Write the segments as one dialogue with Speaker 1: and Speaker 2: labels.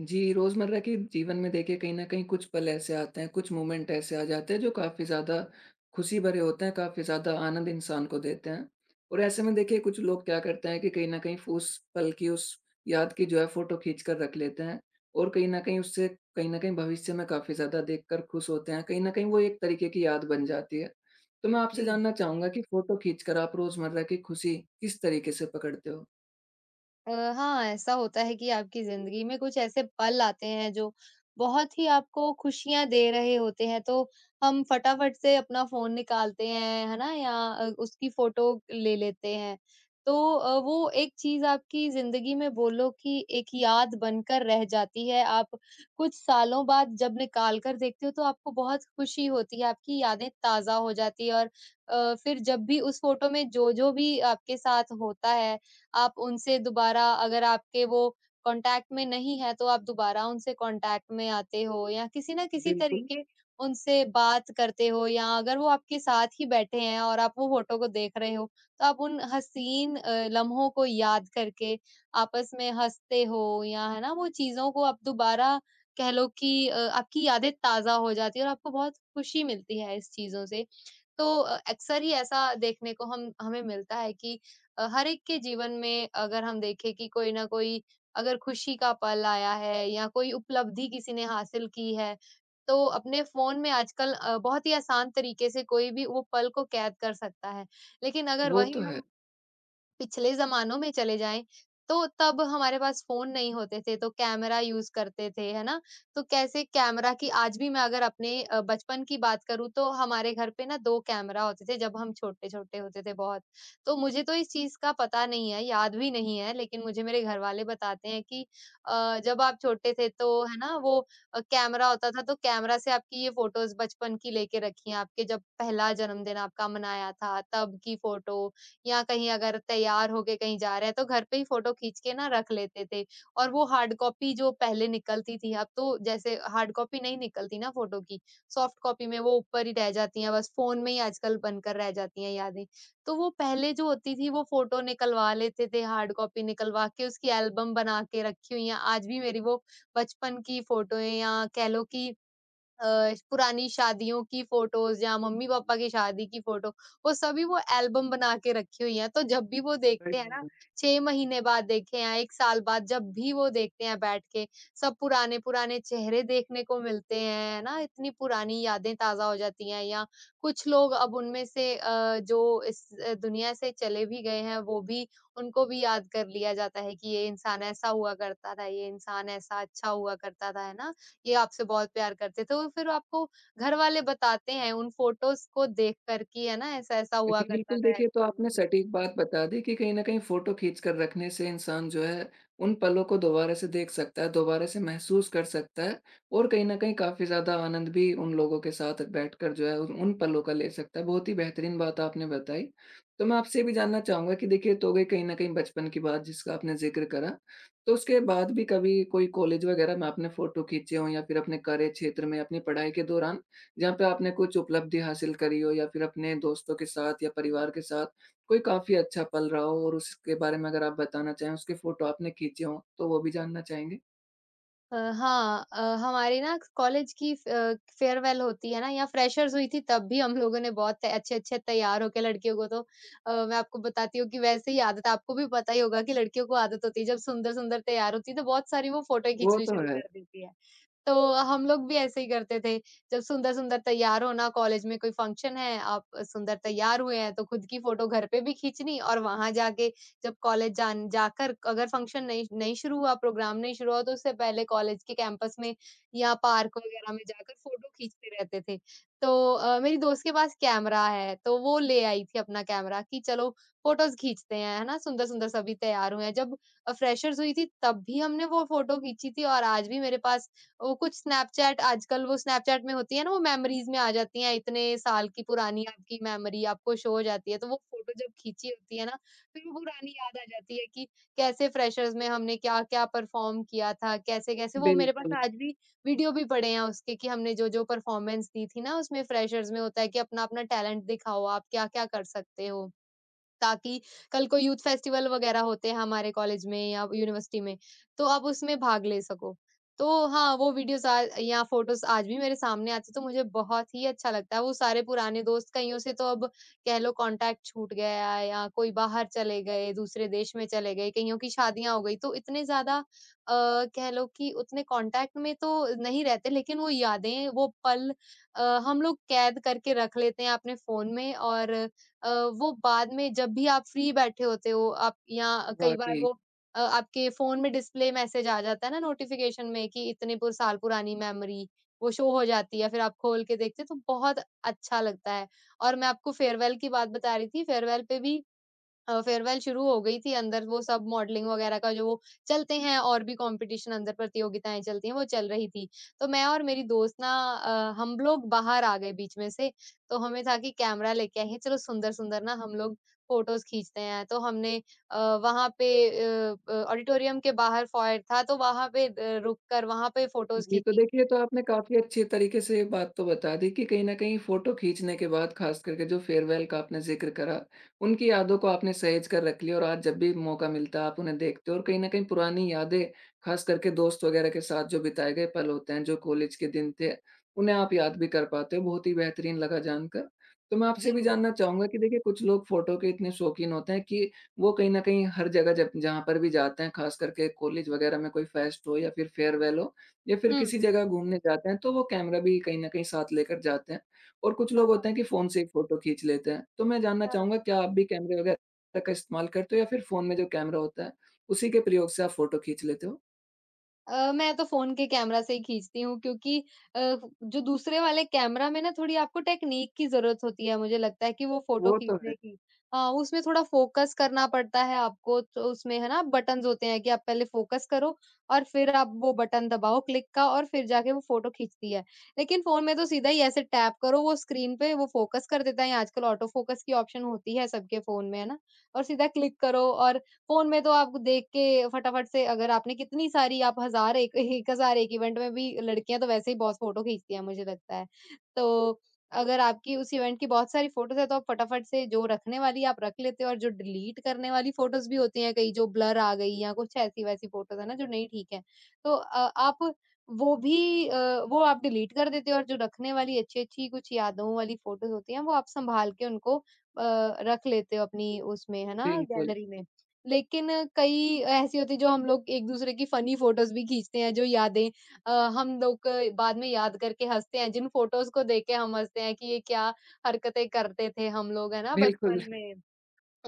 Speaker 1: जी, रोज़मर्रा के जीवन में देखिए कहीं न कहीं कुछ पल ऐसे आते हैं, कुछ मोमेंट ऐसे आ जाते हैं जो काफ़ी ज़्यादा खुशी भरे होते हैं, काफ़ी ज़्यादा आनंद इंसान को देते हैं। और ऐसे में देखिए कुछ लोग क्या करते हैं कि कहीं न कहीं उस पल की, उस याद की जो है फ़ोटो खींच कर रख लेते हैं और कहीं न कहीं उससे कहीं न कहीं भविष्य में काफ़ी ज़्यादा देखकर खुश होते हैं। कहीं न कहीं वो एक तरीके की याद बन जाती है। तो मैं आपसे
Speaker 2: जी।
Speaker 1: जानना चाहूँगा कि फ़ोटो खींचकर आप रोज़मर्रा की खुशी किस तरीके से पकड़ते हो?
Speaker 2: हाँ, ऐसा होता है कि आपकी ज़िंदगी में कुछ ऐसे पल आते हैं जो बहुत ही आपको खुशियाँ दे रहे होते हैं, तो हम फटाफट से अपना फ़ोन निकालते हैं, है ना? या उसकी फ़ोटो ले लेते हैं। तो वो एक चीज़ आपकी ज़िंदगी में बोलो कि एक याद बनकर रह जाती है। आप कुछ सालों बाद जब निकाल कर देखते हो तो आपको बहुत खुशी होती है, आपकी यादें ताज़ा हो जाती है। और फिर जब भी उस फ़ोटो में जो-जो भी आपके साथ होता है, आप उनसे दोबारा, अगर आपके वो कॉन्टैक्ट में नहीं है, तो आप दोबारा उनसे कॉन्टैक्ट में आते हो या किसी न किसी
Speaker 1: बिल्कुल।
Speaker 2: तरीके उनसे बात करते हो, या अगर वो आपके साथ ही बैठे हैं और आप वो फ़ोटो को देख रहे हो, तो आप उन हसीन लम्हों को याद करके आपस में हँसते हो, या है ना, वो चीज़ों को आप दोबारा कह लो कि आपकी यादें ताज़ा हो जाती है और आपको बहुत खुशी मिलती है इस चीज़ों से। तो अक्सर ही ऐसा देखने को हम हमें मिलता है कि हर एक के जीवन में, अगर हम देखें कि कोई ना कोई अगर खुशी का पल आया है या कोई उपलब्धि किसी ने हासिल की है, तो अपने फ़ोन में आजकल बहुत ही आसान तरीके से कोई भी वो पल को कैद कर सकता है। लेकिन अगर
Speaker 1: वो
Speaker 2: वही
Speaker 1: तो है।
Speaker 2: हम पिछले ज़मानों में चले जाएँ, तो तब हमारे पास फ़ोन नहीं होते थे, तो कैमरा यूज़ करते थे, है ना? तो कैसे कैमरा की आज भी मैं अगर अपने बचपन की बात करूँ, तो हमारे घर पे ना 2 कैमरा होते थे, जब हम छोटे-छोटे होते थे बहुत। तो मुझे तो इस चीज़ का पता नहीं है, याद भी नहीं है, लेकिन मुझे मेरे घरवाले बताते हैं कि जब आप छोटे थे तो है ना, वो कैमरा होता था, तो कैमरा से आपकी ये फ़ोटोज़ बचपन की लेके रखी हैं, आपके जब पहला जन्मदिन आपका मनाया था, तब की फ़ोटो, या कहीं अगर तैयार होके कहीं जा रहे हैं, तो घर पे ही फ़ोटो खींच के ना रख लेते थे। और वो हार्ड कॉपी जो पहले निकलती थी, अब तो जैसे हार्ड कॉपी नहीं निकलती ना फ़ोटो की, सॉफ्ट कॉपी में वो ऊपर ही रह जाती हैं, बस फ़ोन में ही आजकल बनकर रह जाती हैं यादें। तो वो पहले जो होती थी, वो फ़ोटो निकलवा लेते थे, हार्ड कॉपी निकलवा के उसकी एल्बम बना के रखी हुई हैं। आज भी मेरी वो बचपन की फ़ोटोएँ, या कह लो कि अ, पुरानी शादियों की फ़ोटोज़ या मम्मी-पापा की शादी की फ़ोटो, वो सभी वो एल्बम बना के रखी हुई हैं। तो जब भी वो देखते हैं ना,
Speaker 1: बढ़िया।
Speaker 2: 6 महीने बाद देखें या 1 साल बाद, जब भी वो देखते हैं बैठ के, सब पुराने-पुराने चेहरे देखने को मिलते हैं, है ना? इतनी पुरानी यादें ताज़ा हो जाती हैं। या कुछ लोग, अब उनमें से जो इस दुनिया से चले भी गए हैं, वो भी, उनको भी याद कर लिया जाता है कि ये इंसान ऐसा हुआ करता था, ये इंसान ऐसा अच्छा हुआ करता था, है ना? ये आपसे बहुत प्यार करते थे। वो फिर आपको घरवाले बताते हैं उन फ़ोटोज़ को देख कर कि है ना ऐसा-ऐसा हुआ
Speaker 1: जी,
Speaker 2: करता
Speaker 1: बिल्कुल
Speaker 2: था,
Speaker 1: देखिए,
Speaker 2: ऐसी
Speaker 1: तो आपने
Speaker 2: ज़िंदगी थी।
Speaker 1: सटीक बात बता दी कि कहीं न कहीं फ़ोटो खींच कर रखने से इंसान जो है, उन पलों को दोबारा से देख सकता है, दोबारा से महसूस कर सकता है और कहीं न कहीं काफ़ी ज़्यादा आनंद भी उन लोगों के साथ बैठकर जो है, उन उन पलों का ले सकता है। बहुत ही बेहतरीन बात आपने बताई। तो मैं आपसे ये भी जानना चाहूँगा कि देखिए, तो गई कहीं न कहीं बचपन की बात जिसका आपने ज़िक्र करा, तो उसके बाद भी कभी कोई कॉलेज वगैरह में आपने फ़ोटो खींचे हों या फिर अपने कार्य क्षेत्र में अपनी पढ़ाई के दौरान जहाँ पे आपने कुछ उपलब्धि हासिल करी हो या फिर अपने दोस्तों के साथ या परिवार के साथ कोई काफ़ी अच्छा पल रहा हो और उसके बारे में अगर आप बताना चाहें, उसके फ़ोटो आपने खींचे हों, तो वो भी जानना चाहेंगे?
Speaker 2: हाँ, हमारी ना कॉलेज की फेयरवेल होती है ना, या फ्रेशर्स हुई थी, तब भी हम लोगों ने बहुत अच्छे-अच्छे तैयार होके लड़कियों को तो मैं आपको बताती हूँ कि वैसे ही आदत, आपको भी पता ही होगा कि लड़कियों को आदत होती है, जब सुंदर-सुंदर तैयार होती है तो बहुत सारी वो फ़ोटो
Speaker 1: वो
Speaker 2: खींचनी
Speaker 1: तो
Speaker 2: शुरू
Speaker 1: है।
Speaker 2: कर देती है। तो हम लोग भी ऐसे ही करते थे। जब सुंदर-सुंदर तैयार होना, कॉलेज में कोई फंक्शन है, आप सुंदर तैयार हुए हैं, तो खुद की फ़ोटो घर पे भी खींचनी, और वहाँ जाके, जब कॉलेज जान जाकर अगर फंक्शन नहीं नहीं शुरू हुआ, प्रोग्राम नहीं शुरू हुआ, तो उससे पहले कॉलेज के कैंपस में या पार्क वगैरह में जाकर फ़ोटो खींचते रहते थे। तो मेरी दोस्त के पास कैमरा है, तो वो ले आई थी अपना कैमरा कि चलो फ़ोटोज़ खींचते हैं, है ना? सुंदर-सुंदर सभी तैयार हुए हैं। जब फ्रेशर्स हुई थी, तब भी हमने वो फ़ोटो खींची थी, और आज भी मेरे पास वो कुछ स्नैपचैट, आजकल वो स्नैपचैट में होती है ना, वो मेमोरीज़ में आ जाती हैं, इतने साल की पुरानी आपकी मेमोरी आपको शो हो जाती है, तो वो फ़ोटो जब खींची होती है ना, फिर वो पुरानी याद आ जाती है कि कैसे फ्रेशर्स में हमने क्या-क्या परफ़ॉर्म किया था, कैसे-कैसे वो मेरे पास
Speaker 1: बिल्कुल,
Speaker 2: आज भी वीडियो भी पड़े हैं उसके कि हमने जो-जो परफ़ॉर्मेंस दी थी ना, उसमें फ्रेशर्स में होता है कि अपना-अपना टैलेंट दिखाओ, आप क्या-क्या कर सकते हो। ताकि कल को यूथ फेस्टिवल वगैरह होते हैं हमारे कॉलेज में या यूनिवर्सिटी में, तो आप उसमें भाग ले सको। तो हाँ, वो वीडियोज़ आ या फ़ोटोज़ आज भी मेरे सामने आती है, तो मुझे बहुत ही अच्छा लगता है। वो सारे पुराने दोस्त, कईयों से तो अब कह लो कॉन्टैक्ट छूट गया है, या कोई बाहर चले गए, दूसरे देश में चले गए, कईयों की शादियाँ हो गई। तो इतने ज़्यादा अ, कह लो कि उतने कॉन्टैक्ट में तो नहीं रहते, लेकिन वो यादें, वो पल, अ, हम लोग कैद करके रख लेते हैं अपने फ़ोन में, और अ, वो बाद में, जब भी आप फ्री बैठे होते हो आप, या कई बार
Speaker 1: वाक़ई।
Speaker 2: वो आपके फ़ोन में डिस्प्ले मैसेज आ जाता है ना नोटिफ़िकेशन में कि इतने पुर साल पुरानी मेमोरी, वो शो हो जाती है, फिर आप खोल के देखते हो तो बहुत अच्छा लगता है। और मैं आपको फेयरवेल की बात बता रही थी, फेयरवेल पे भी फेयरवेल शुरू हो गई थी, अंदर वो सब मॉडलिंग वगैरह का जो चलते हैं, और भी कंपटीशन अंदर प्रतियोगिताएं चलती हैं, वो चल रही थी। तो मैं और मेरी दोस्त ना, हम लोग बाहर आ गए बीच में से। तो हमें था कि कैमरा लेके आए हैं, चलो सुंदर सुंदर ना हम लोग फोटोज खींचते हैं, तो हमने वहां पे ऑडिटोरियम के बाहर फॉयर था, तो वहां पे रुक कर वहां पे फोटोज
Speaker 1: जी, तो
Speaker 2: खींची।
Speaker 1: देखिए, ये तो आपने काफ़ी अच्छे तरीके से ये बात तो बता दी कि कहीं न कहीं फ़ोटो खींचने के बाद ख़ास करके जो फेयरवेल का आपने ज़िक्र करा, उनकी यादों को आपने सहेज कर रख लिया और आज जब भी मौका मिलता है आप उन्हें देखते हो और कहीं न कहीं पुरानी यादें ख़ास करके दोस्त वग़ैरह के साथ जो बिताए गए पल होते हैं, जो कॉलेज के दिन थे, उन्हें आप याद भी कर पाते हो। बहुत ही बेहतरीन लगा जानकर। तो मैं
Speaker 2: जी।
Speaker 1: आपसे भी जानना चाहूँगा कि देखिए कुछ लोग फ़ोटो के इतने शौकीन होते हैं कि वो कहीं न कहीं हर जगह जब जहाँ पर भी जाते हैं, ख़ास करके कॉलेज वग़ैरह में कोई फ़ेस्ट हो या फिर फेयरवेल हो, या फिर किसी
Speaker 2: हम्म।
Speaker 1: जगह घूमने जाते हैं, तो वो कैमरा भी कहीं न कहीं साथ लेकर जाते हैं और कुछ लोग
Speaker 2: हाँ,
Speaker 1: होते हैं कि फ़ोन से ही फ़ोटो खींच लेते हैं। तो मैं जानना
Speaker 2: हाँ,
Speaker 1: चाहूँगा क्या आप भी कैमरे वगैरह का इस्तेमाल करते हो या फिर फ़ोन में जो कैमरा होता है, उसी के प्रयोग से आप फ़ोटो खींच लेते हो?
Speaker 2: मैं तो फ़ोन के कैमरा से ही खींचती हूँ, क्योंकि अ, जो दूसरे वाले कैमरा में ना थोड़ी आपको टेक्नीक की ज़रूरत होती है, मुझे लगता है कि वो फ़ोटो
Speaker 1: वो तो है।
Speaker 2: खींचने की। हाँ, उसमें थोड़ा फ़ोकस करना पड़ता है आपको, तो उसमें है ना बटन्स होते हैं कि आप पहले फ़ोकस करो, और फिर आप वो बटन दबाओ क्लिक का, और फिर जाके वो फ़ोटो खींचती है। लेकिन फ़ोन में तो सीधा ही ऐसे टैप करो, वो स्क्रीन पे वो फ़ोकस कर देता है, आजकल ऑटो फ़ोकस की ऑप्शन होती है सबके फ़ोन में, है ना? और सीधा क्लिक करो, और फ़ोन में तो आप देख के फटाफट से, अगर आपने कितनी सारी आप हज़ार एक 1000 एक इवेंट में भी लड़कियाँ तो वैसे ही बहुत फ़ोटो खींचती हैं मुझे लगता है। तो अगर आपकी उस इवेंट की बहुत सारी फ़ोटोज़ हैं, तो आप फटाफट से जो रखने वाली आप रख लेते हो, और जो डिलीट करने वाली फ़ोटोज़ भी होती हैं कई, जो ब्लर आ गई या कुछ ऐसी-वैसी फ़ोटोज़ है ना जो नहीं ठीक है। तो आप वो भी वो आप डिलीट कर देते हो, और जो रखने वाली अच्छी-अच्छी कुछ यादों वाली फ़ोटोज़ होती हैं, वो आप सँभाल के उनको रख लेते हो अपनी उसमें है ना
Speaker 1: बिल्कुल,
Speaker 2: गैलरी में। लेकिन कई ऐसी होती है जो हम लोग एक-दूसरे की फ़नी फ़ोटोज़ भी खींचते हैं, जो यादें अ, हम लोग बाद में याद करके हँसते हैं, जिन फ़ोटोज़ को देख के हम हँसते हैं कि ये क्या हरकतें करते थे हम लोग, है ना,
Speaker 1: बिल्कुल।
Speaker 2: बचपन में।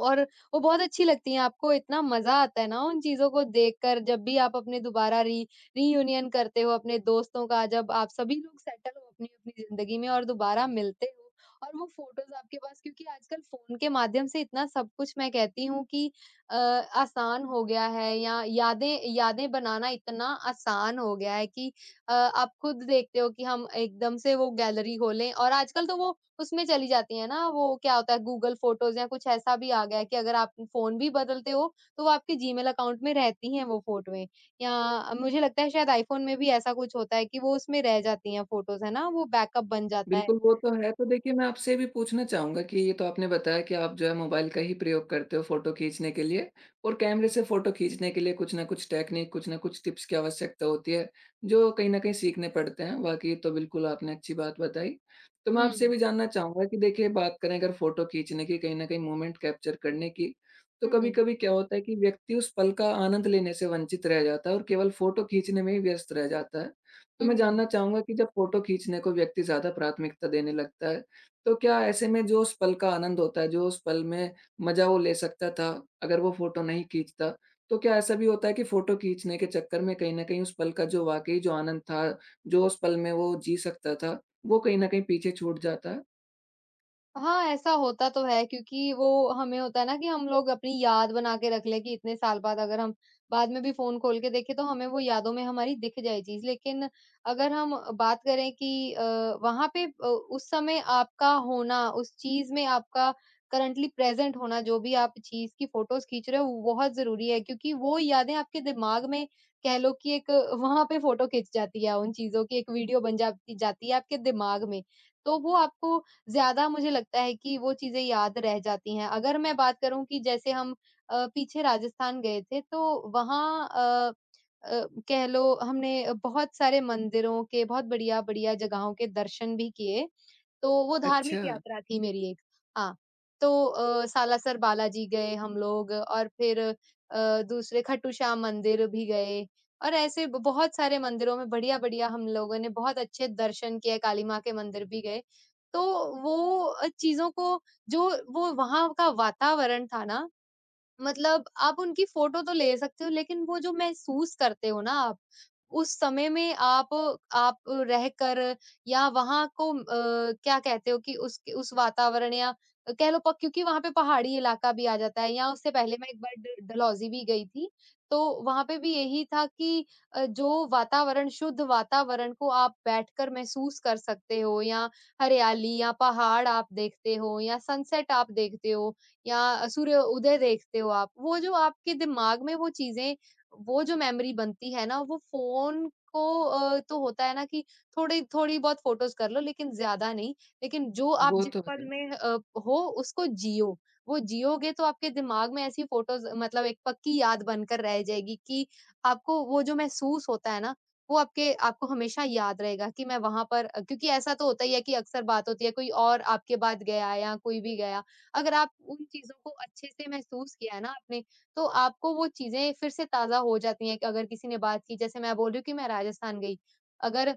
Speaker 2: और वो बहुत अच्छी लगती हैं, आपको इतना मज़ा आता है ना उन चीज़ों को देखकर, जब भी आप अपने दोबारा री रियूनियन करते हो अपने दोस्तों का, जब आप सभी लोग सेटल हो अपनी-अपनी ज़िंदगी में और दोबारा मिलते हो, और वो फ़ोटोज़ आपके पास, क्योंकि आजकल फ़ोन के माध्यम से इतना सब कुछ मैं कहती हूँ कि आसान हो गया है, या यादें यादें बनाना इतना आसान हो गया है कि आप खुद देखते हो कि हम एकदम से वो गैलरी खोलें, और आजकल तो वो उसमें चली जाती है ना, वो क्या होता है गूगल फ़ोटोज़ या कुछ ऐसा भी आ गया है कि अगर आप फ़ोन भी बदलते हो, तो वो आपके जीमेल अकाउंट में रहती हैं वो फ़ोटोएँ, या मुझे लगता है शायद आईफ़ोन में भी ऐसा कुछ होता है कि वो उसमें रह जाती हैं फ़ोटोज़, है ना? वो बैकअप बन जाता है।
Speaker 1: बिल्कुल, वो तो है। तो देखिए, मैं आपसे ये भी पूछना चाहूँगा कि ये तो आपने बताया कि आप जो है मोबाइल का ही प्रयोग करते हो फ़ोटो खींचने के लिए और कैमरे से फ़ोटो खींचने के लिए कुछ न कुछ टेक्नीक, कुछ न कुछ टिप्स की आवश्यकता होती है, जो कहीं न कहीं सीखने पड़ते हैं। वाक़ई, ये तो बिल्कुल आपने अच्छी बात बताई। तो मैं
Speaker 2: हुँ,
Speaker 1: आपसे ये भी जानना चाहूँगा कि देखिए, बात करें अगर फ़ोटो खींचने की, कहीं न कहीं मूवमेंट कैप्चर करने की, तो
Speaker 2: हुँ,
Speaker 1: कभी-कभी क्या होता है कि व्यक्ति उस पल का आनंद लेने से वंचित रह जाता है और केवल फ़ोटो खींचने में ही व्यस्त रह जाता है। तो मैं
Speaker 2: हुँ।
Speaker 1: जानना चाहूँगा कि जब फ़ोटो खींचने को व्यक्ति ज़्यादा प्राथमिकता देने लगता है, तो क्या ऐसे में जो उस पल का आनंद होता है, जो उस पल में मज़ा वो ले सकता था, अगर वो फ़ोटो नहीं खींचता, तो क्या ऐसा भी होता है कि फ़ोटो खींचने के चक्कर में कहीं न कहीं उस पल का जो वाक़ई जो आनंद था, जो उस पल में वो जी सकता था, वो कहीं न कहीं पीछे छूट जाता है?
Speaker 2: हाँ, ऐसा होता तो है क्योंकि वो हमें होता है ना कि हम लोग अपनी याद बना के रख लें कि इतने साल बाद अगर हम बाद में भी फ़ोन खोल के देखें तो हमें वो यादों में हमारी दिख जाए चीज़। लेकिन अगर हम बात करें कि वहाँ पे उस समय आपका होना, उस चीज़ में आपका करंटली प्रेज़ेंट होना, जो भी आप चीज़ की फ़ोटोज़ खींच रहे हो, वो बहुत ज़रूरी है क्योंकि वो यादें आपके दिमाग में कह लो कि एक वहाँ पे फ़ोटो खिंच जाती है, उन चीज़ों की एक वीडियो बन जाती जाती है आपके दिमाग में। तो वो आपको ज़्यादा मुझे लगता है कि वो चीज़ें याद रह जाती हैं। अगर मैं बात करूँ कि जैसे हम पीछे राजस्थान गए थे, तो वहाँ कह लो हमने बहुत सारे मंदिरों के, बहुत बढ़िया-बढ़िया जगहों के दर्शन भी किए, तो वो धार्मिक
Speaker 1: अच्छा,
Speaker 2: यात्रा थी मेरी एक। हाँ, तो सालासर बालाजी गए हम लोग और फिर दूसरे खाटू श्याम मंदिर भी गए, और ऐसे ब बहुत सारे मंदिरों में बढ़िया-बढ़िया हम लोगों ने बहुत अच्छे दर्शन किए, काली माँ के मंदिर भी गए। तो वो चीज़ों को, जो वो वहाँ का वातावरण था ना, मतलब आप उनकी फ़ोटो तो ले सकते हो, लेकिन वो जो महसूस करते हो ना आप, उस समय में आप रहकर या वहाँ को क्या कहते हो कि उस वातावरण, या कह लो प क्योंकि वहाँ पे पहाड़ी इलाका भी आ जाता है, या उससे पहले मैं एक बार ड डलहौज़ी भी गई थी, तो वहाँ पे भी यही था कि जो वातावरण, शुद्ध वातावरण को आप बैठकर महसूस कर सकते हो, या हरियाली या पहाड़ आप देखते हो, या सनसेट आप देखते हो। या सूर्य उदय देखते हो आप, वो जो आपके दिमाग में वो चीज़ें, वो जो मेमोरी बनती है ना, वो फ़ोन को तो होता है ना कि थोड़ी थोड़ी बहुत फ़ोटोज़ कर लो, लेकिन ज़्यादा नहीं। लेकिन जो आप
Speaker 1: वो
Speaker 2: जिस
Speaker 1: तो
Speaker 2: पल
Speaker 1: है।
Speaker 2: में हो, उसको जियो। वो जियोगे तो आपके दिमाग में ऐसी फ़ोटोज़, मतलब एक पक्की याद बनकर रह जाएगी कि आपको वो जो महसूस होता है ना, वो आपके आपको हमेशा याद रहेगा कि मैं वहाँ पर, क्योंकि ऐसा तो होता ही है कि अक्सर बात होती है कोई और आपके बाद गया या कोई भी गया। अगर आप उन चीज़ों को अच्छे से महसूस किया है ना आपने, तो आपको वो चीज़ें फिर से ताज़ा हो जाती हैं कि अगर किसी ने बात की, जैसे मैं बोल रही हूँ कि मैं राजस्थान गई। अगर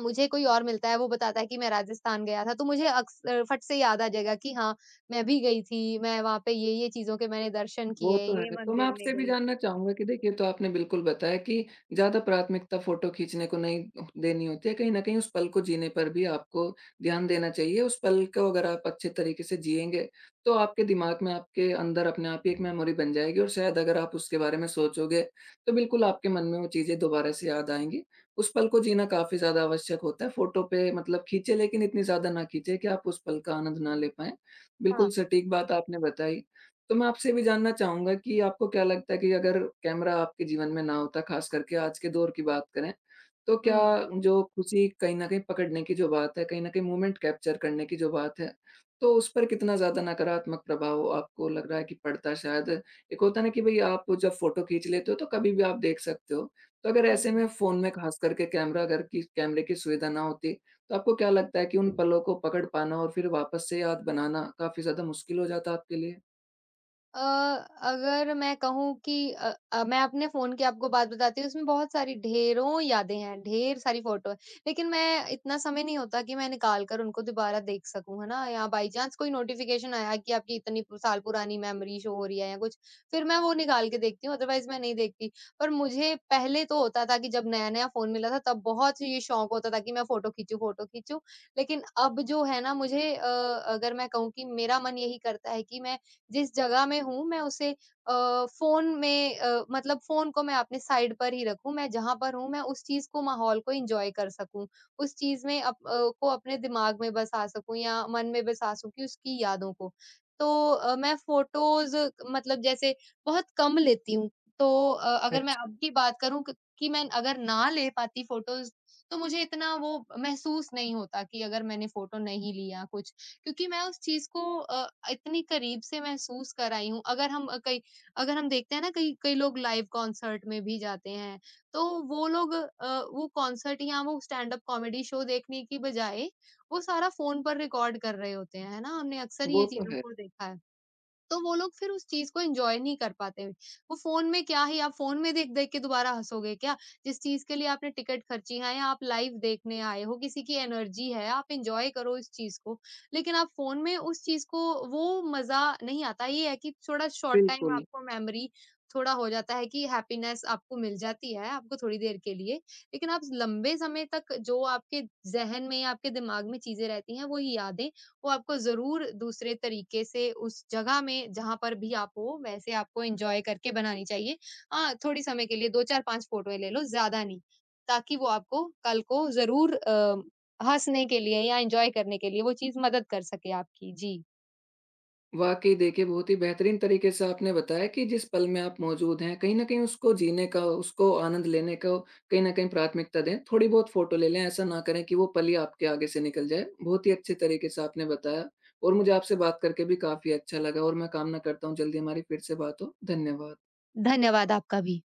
Speaker 2: मुझे कोई और मिलता है, वो बताता है कि मैं राजस्थान गया था, तो मुझे फट से याद आ जाएगा कि हाँ, मैं भी गई थी, मैं वहाँ पे ये-ये चीज़ों के मैंने दर्शन
Speaker 1: वो
Speaker 2: किए,
Speaker 1: तो
Speaker 2: ये
Speaker 1: है। तो मैं
Speaker 2: मंदिर में
Speaker 1: आपसे भी
Speaker 2: गई।
Speaker 1: जानना चाहूँगा कि देखिए, तो आपने बिल्कुल बताया कि ज़्यादा प्राथमिकता फ़ोटो खींचने को नहीं देनी होती है। कहीं न कहीं उस पल को जीने पर भी आपको ध्यान देना चाहिए। उस पल को अगर आप अच्छे तरीके से जिएँगे, तो आपके दिमाग में, आपके अंदर अपने आप ही एक मेमोरी बन जाएगी और शायद अगर आप उसके बारे में सोचोगे, तो बिल्कुल आपके मन में वो चीज़ें दोबारा से याद आएँगी। उस पल को जीना काफ़ी ज़्यादा आवश्यक होता है। फ़ोटो पे मतलब खींचे, लेकिन इतनी ज़्यादा ना खींचे कि आप उस पल का आनंद ना ले पाएँ।
Speaker 2: हाँ।
Speaker 1: बिल्कुल सटीक बात आपने बताई। तो मैं आपसे भी जानना चाहूँगा कि आपको क्या लगता है कि अगर कैमरा आपके जीवन में ना होता, ख़ास करके आज के दौर की बात करें, तो क्या
Speaker 2: हुँ,
Speaker 1: जो खुशी कहीं न कहीं पकड़ने की जो बात है, कहीं न कहीं मूवमेंट कैप्चर करने की जो बात है, तो उस पर कितना ज़्यादा नकारात्मक प्रभाव आपको लग रहा है कि पड़ता है शायद? एक होता है ना कि भई आप जब फ़ोटो खींच लेते हो तो कभी भी आप देख सकते हो। तो अगर ऐसे
Speaker 2: हुँ।
Speaker 1: में फ़ोन में ख़ास करके कैमरा अगर कि कैमरे की सुविधा ना होती, तो आपको क्या लगता है कि उन पलों को पकड़ पाना और फिर वापस से याद बनाना काफ़ी ज़्यादा मुश्किल हो जाता आपके लिए?
Speaker 2: अगर मैं कहूँ कि मैं अपने फ़ोन की आपको बात बताती हूँ, उसमें बहुत सारी ढेरों यादें हैं, ढेर सारी फ़ोटो है। लेकिन मैं, इतना समय नहीं होता कि मैं निकाल कर उनको दोबारा देख सकूँ, है ना? या बाई चांस कोई नोटिफ़िकेशन आया कि आपकी इतनी पु साल पुरानी मेमोरी शो हो रही है या कुछ, फिर मैं वो निकाल के देखती हूँ, अदरवाइज़ मैं नहीं देखती। पर मुझे पहले तो होता था कि जब नया-नया फ़ोन मिला था, तब बहुत ये शौक होता था कि मैं फ़ोटो खींचूँ, फ़ोटो खींचूँ। लेकिन अब जो है ना, मुझे अगर मैं कहूँ कि मेरा मन यही करता है कि मैं, जिस जगह मैं हूँ, मैं उसे फ़ोन में मतलब फ़ोन को मैं अपने साइड पर ही रखूँ, मैं जहाँ पर हूँ, मैं उस चीज़ को, माहौल को एन्जॉय कर सकूँ। उस चीज़ में को अपने दिमाग में बसा सकूँ या मन में बसा सकूँ, उसकी यादों को। तो मैं फ़ोटोज़, मतलब जैसे, बहुत कम लेती हूँ। तो अगर मैं
Speaker 1: अच्छा,
Speaker 2: अब की बात करूँ क कि मैं अगर ना ले पाती फ़ोटोज़, तो मुझे इतना वो महसूस नहीं होता कि अगर मैंने फ़ोटो नहीं लिया कुछ। क्योंकि मैं उस चीज़ को इतनी करीब से महसूस कर आई हूँ। अगर हम देखते हैं ना, कई कई लोग लाइव कॉन्सर्ट में भी जाते हैं, तो वो लोग वो कॉन्सर्ट या वो स्टैंड-अप कॉमेडी शो देखने की बजाय, वो सारा फ़ोन पर रिकॉर्ड कर रहे होते हैं, है ना? हमने अक्सर
Speaker 1: वो
Speaker 2: ये
Speaker 1: तो
Speaker 2: चीज़ों
Speaker 1: है।
Speaker 2: को देखा है। तो वो लोग फिर उस चीज़ को एन्जॉय नहीं कर पाते। वो फ़ोन में क्या, ही आप फ़ोन में देख-देख के दोबारा हँसोगे क्या? जिस चीज़ के लिए आपने टिकट खर्ची है या आप लाइव देखने आए हो, किसी की एनर्जी है, आप एन्जॉय करो इस चीज़ को। लेकिन आप फ़ोन में उस चीज़ को, वो मज़ा नहीं आता। ये है कि थोड़ा शॉर्ट टाइम
Speaker 1: बिल्कुल,
Speaker 2: आपको मेमोरी, थोड़ा हो जाता है कि हैप्पीनेस आपको मिल जाती है, आपको थोड़ी देर के लिए। लेकिन आप लंबे समय तक, जो आपके ज़हन में या आपके दिमाग में चीज़ें रहती हैं, वही यादें, वो आपको ज़रूर दूसरे तरीके से, उस जगह में जहाँ पर भी आप हो, वैसे आपको एन्जॉय करके बनानी चाहिए। हाँ, थोड़ी समय के लिए 2-4-5 फ़ोटोएँ ले लो, ज़्यादा नहीं, ताकि वो आपको कल को ज़रूर हँसने के लिए या एन्जॉय करने के लिए, वो चीज़ मदद कर सके आपकी। जी।
Speaker 1: वाक़ई देखिए बहुत ही बेहतरीन तरीके से आपने बताया कि जिस पल में आप मौजूद हैं, कहीं न कहीं उसको जीने का, उसको आनंद लेने को कहीं न कहीं प्राथमिकता दें। थोड़ी बहुत फ़ोटो ले लें, ऐसा ना करें कि वो पल ही आपके आगे से निकल जाए। बहुत ही अच्छे तरीके से आपने बताया और मुझे आपसे बात करके भी काफ़ी अच्छा लगा और मैं कामना करता हूँ जल्दी हमारी फिर से बात हो। धन्यवाद।
Speaker 2: धन्यवाद आपका भी।